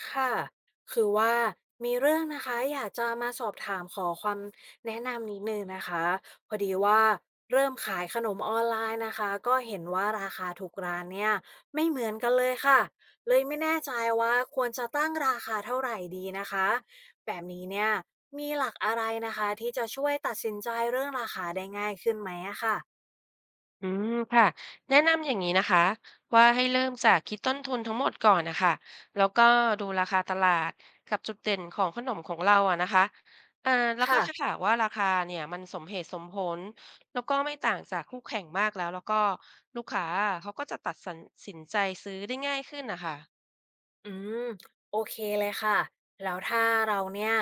ค่ะ คือว่ามีเรื่องนะคะอยากจะมาสอบถามขอความแนะนำนิดนึงนะคะพอดีว่าเริ่มขายขนมออนไลน์นะคะก็เห็นว่าราคาทุกร้านเนี่ยไม่เหมือนกันเลยค่ะเลยไม่แน่ใจว่าควรจะตั้งราคาเท่าไหร่ดีนะคะแบบนี้เนี่ยมีหลักอะไรนะคะที่จะช่วยตัดสินใจเรื่องราคาได้ง่ายขึ้นไหมอะค่ะค่ะแนะนำอย่างนี้นะคะว่าให้เริ่มจากคิดต้นทุนทั้งหมดก่อนนะคะแล้วก็ดูราคาตลาดกับจุดเด่นของขนมของเราอะนะคะเอ่อแล้วก็ถ้าค่ะ หากว่าราคาเนี่ยมันสมเหตุสมผลแล้วก็ไม่ต่างจากคู่แข่งมากแล้วก็ลูกค้าเขาก็จะตัดสินใจซื้อได้ง่ายขึ้นนะคะ อืมโอเคเลยค่ะแล้วถ้าเราเนี่ย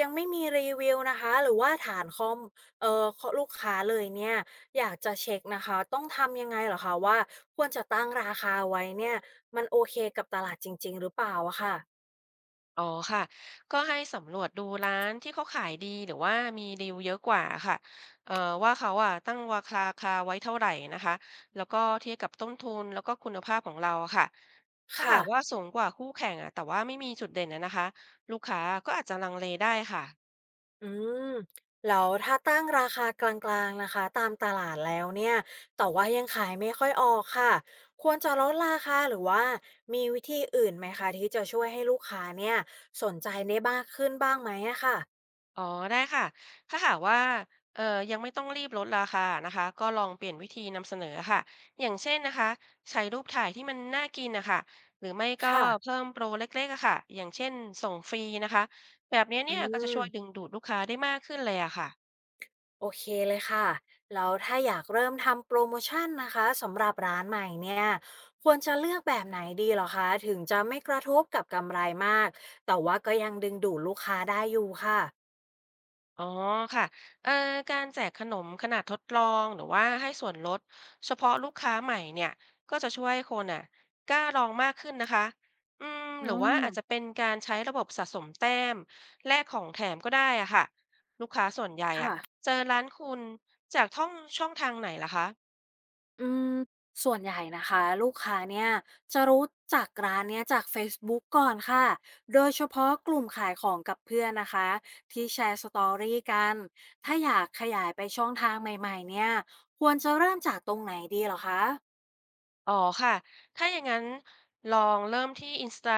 ยังไม่มีรีวิวนะคะหรือว่าฐานคอมเอ่อลูกค้าเลยเนี่ยอยากจะเช็คนะคะต้องทำยังไงเหรอคะว่าควรจะตั้งราคาไว้เนี่ยมันโอเคกับตลาดจริงๆหรือเปล่าอะค่ะอ๋อค่ะก็ให้สำรวจดูร้านที่เขาขายดีหรือว่ามีดีลเยอะกว่าค่ะเอ่อว่าเขาอ่ะตั้งราคาไว้เท่าไหร่นะคะแล้วก็เทียบกับต้นทุนแล้วก็คุณภาพของเราอะค่ะถ้าหาค่ะ กว่าสูงกว่าคู่แข่งอ่ะแต่ว่าไม่มีจุดเด่นนะคะลูกค้าก็อาจจะลังเลได้ค่ะ อืมแล้วถ้าตั้งราคากลางๆนะคะตามตลาดแล้วเนี่ยแต่ว่ายังขายไม่ค่อยออกค่ะควรจะลดราคาหรือว่ามีวิธีอื่นไหมคะที่จะช่วยให้ลูกค้าเนี่ยสนใจได้มากขึ้นบ้างไหมอะค่ะอ๋อได้ค่ะ ถ้าหากว่าเอ่อยังไม่ต้องรีบลดราคานะคะก็ลองเปลี่ยนวิธีนำเสนอค่ะอย่างเช่นนะคะใช้รูปถ่ายที่มันน่ากินนะคะหรือไม่ก็ค่ะเพิ่มโปรเล็กๆอะค่ะอย่างเช่นส่งฟรีนะคะแบบเนี้ยอืเนี่ยก็จะช่วยดึงมดูดลูกค้าได้มากขึ้นเลยอะค่ะ โอเคเลยค่ะแล้วถ้าอยากเริ่มทำโปรโมชั่นนะคะสำหรับร้านใหม่เนี่ยควรจะเลือกแบบไหนดีเหรอคะถึงจะไม่กระทบกับกำไรมากแต่ว่าก็ยังดึงดูดลูกค้าได้อยู่ค่ะอ๋อค่ะเอ่อการแจกขนมขนาดทดลองหรือว่าให้ส่วนลดเฉพาะลูกค้าใหม่เนี่ยก็จะช่วยให้คนอ่ะกล้าลองมากขึ้นนะคะอืมอืหรือว่ามอาจจะเป็นการใช้ระบบสะสมแต้มแลกของแถมก็ได้อ่ะค่ะลูกค้าส่วนใหญ่อ่ะค่ะ เจอร้านคุณจากท่องช่องทางไหนล่ะคะ อืมส่วนใหญ่นะคะลูกค้าเนี่ยจะรู้จักร้านเนี้ยจาก Facebook ก่อนค่ะโดยเฉพาะกลุ่มขายของกับเพื่อนนะคะที่แชร์สตอรี่กันถ้าอยากขยายไปช่องทางใหม่ๆเนี่ยควรจะเริ่มจากตรงไหนดีเหรอคะอ๋อค่ะ ถ้าอย่างนั้นลองเริ่มที่ Instagram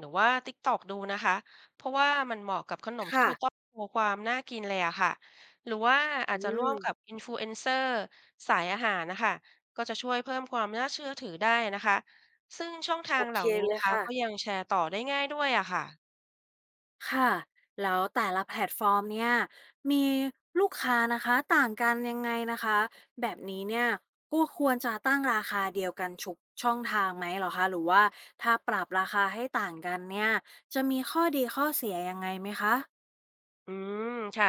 หรือว่า TikTok ดูนะคะ เพราะว่ามันเหมาะกับขนมที่ค่ะจะต้องโชว์ความน่ากินเลยอะค่ะ หรือว่าอาจอืจะร่วมมกับ Influencer สายอาหารนะคะ ก็จะช่วยเพิ่มความน่าเชื่อถือได้นะคะ ซึ่งช่องทาโองเหเคล่านี้เลนะยคะค่ะ ก็ยังแชร์ต่อได้ง่ายด้วยอะค่ะ ค่ะแล้วแต่ละแพลตฟอร์มเนี่ยมีลูกค้านะคะต่างกันยังไงนะคะแบบนี้เนี่ยก็ควรจะตั้งราคาเดียวกันทุกช่องทางไหมเหรอคะหรือว่าถ้าปรับราคาให้ต่างกันเนี่ยจะมีข้อดีข้อเสียยังไงไหมคะ อืมค่ะ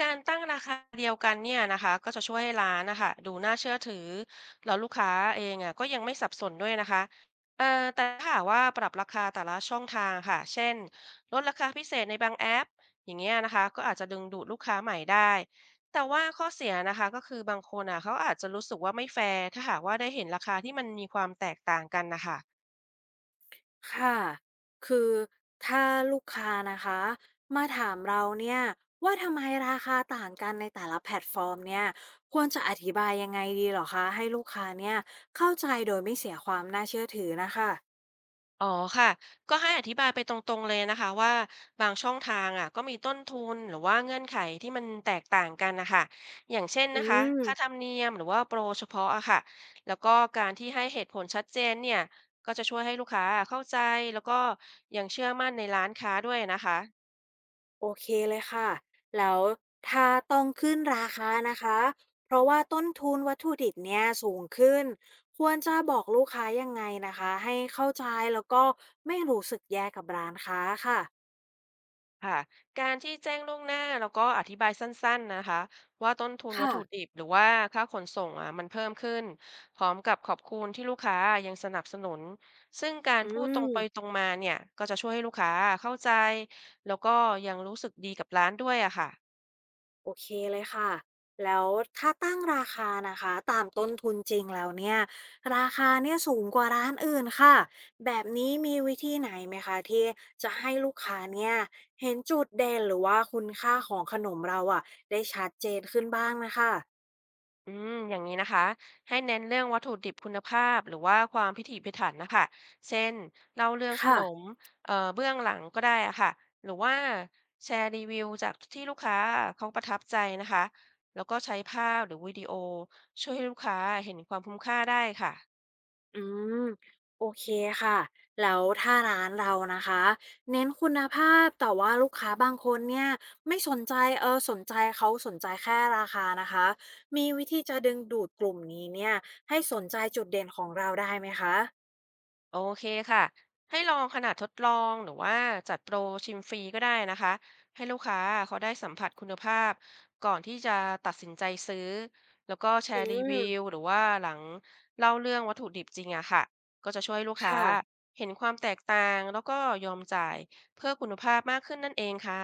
การตั้งราคาเดียวกันเนี่ยนะคะก็จะช่วยให้ร้านนะคะดูน่าเชื่อถือแล้วลูกค้าเองอ่ะก็ยังไม่สับสนด้วยนะคะแต่ถ้าหากว่าปรับราคาแต่ละช่องทางค่ะเช่นลดราคาพิเศษในบางแอปอย่างเงี้ยนะคะก็อาจจะดึงดูดลูกค้าใหม่ได้แต่ว่าข้อเสียนะคะก็คือบางคนอ่ะเขาอาจจะรู้สึกว่าไม่แฟร์ถ้าหากว่าได้เห็นราคาที่มันมีความแตกต่างกันนะคะ ค่ะ คือถ้าลูกค้านะคะมาถามเราเนี่ยว่าทำไมราคาต่างกันในแต่ละแพลตฟอร์มเนี่ยควรจะอธิบายยังไงดีเหรอคะให้ลูกค้าเนี่ยเข้าใจโดยไม่เสียความน่าเชื่อถือนะคะอ๋อค่ะก็ให้อธิบายไปตรงๆเลยนะคะว่าบางช่องทางอ่ะก็มีต้นทุนหรือว่าเงื่อนไขที่มันแตกต่างกันนะคะอย่างเช่นอืนะคะค่ามธรรมเนียมหรือว่าโปรเฉพาะอะค่ะแล้วก็การที่ให้เหตุผลชัดเจนเนี่ยก็จะช่วยให้ลูกค้าเข้าใจแล้วก็ยังเชื่อมั่นในร้านค้าด้วยนะคะ โอเคเลยค่ะแล้วถ้าต้องขึ้นราคานะคะเพราะว่าต้นทุนวัตถุดิบเนี่ยสูงขึ้นควรจะบอกลูกค้ายังไงนะคะให้เข้าใจแล้วก็ไม่รู้สึกแย่กับร้านค้าค่ะค่ะการที่แจ้งล่วงหน้าแล้วก็อธิบายสั้นๆนะคะว่าต้นทุนวัตค่ะ ถุดิบหรือว่าค่าขนส่งอ่ะมันเพิ่มขึ้นพร้อมกับขอบคุณที่ลูกค้ายังสนับสนุนซึ่งการอืพูดตรงไปตรมงมาเนี่ยก็จะช่วยให้ลูกค้าเข้าใจแล้วก็ยังรู้สึกดีกับร้านด้วยอะค่ะ โอเคเลยค่ะแล้วถ้าตั้งราคานะคะตามต้นทุนจริงแล้วเนี่ยราคาเนี่ยสูงกว่าร้านอื่นค่ะแบบนี้มีวิธีไหนไหมคะที่จะให้ลูกค้าเนี่ยเห็นจุดเด่นหรือว่าคุณค่าของขนมเราอ่ะได้ชัดเจนขึ้นบ้างนะคะอืมอย่างนี้นะคะให้เน้นเรื่องวัตถุดิบคุณภาพหรือว่าความพิถีพิถันนะคะเช่นเล่าเรื่องขนมค่ะ เบื้องหลังก็ได้อะค่ะหรือว่าแชร์รีวิวจากที่ลูกค้าเขาประทับใจนะคะแล้วก็ใช้ภาพหรือวิดีโอช่วยให้ลูกค้าเห็นความคุ้มค่าได้ค่ะ อืมโอเคค่ะแล้วถ้าร้านเรานะคะเน้นคุณภาพแต่ว่าลูกค้าบางคนเนี่ยไม่สนใจสนใจเขาสนใจแค่ราคานะคะมีวิธีจะดึงดูดกลุ่มนี้เนี่ยให้สนใจจุดเด่นของเราได้ไหมคะโอเคค่ะให้ลองขนาดทดลองหรือว่าจัดโปรชิมฟรีก็ได้นะคะให้ลูกค้าเขาได้สัมผัสคุณภาพก่อนที่จะตัดสินใจซื้อแล้วก็แชอืร์รีวิวมหรือว่าหลังเล่าเรื่องวัตถุดิบจริงอะค่ะก็จะช่วยลูกค้าค่ะเห็นความแตกต่างแล้วก็ยอมจ่ายเพื่อคุณภาพมากขึ้นนั่นเองค่ะ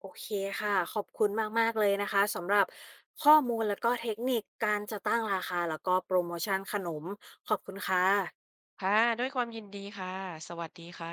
โอเคค่ะขอบคุณมากๆเลยนะคะสำหรับข้อมูลแล้วก็เทคนิคการจะตั้งราคาแล้วก็โปรโมชั่นขนมขอบคุณค่ะค่ะด้วยความยินดีค่ะสวัสดีค่ะ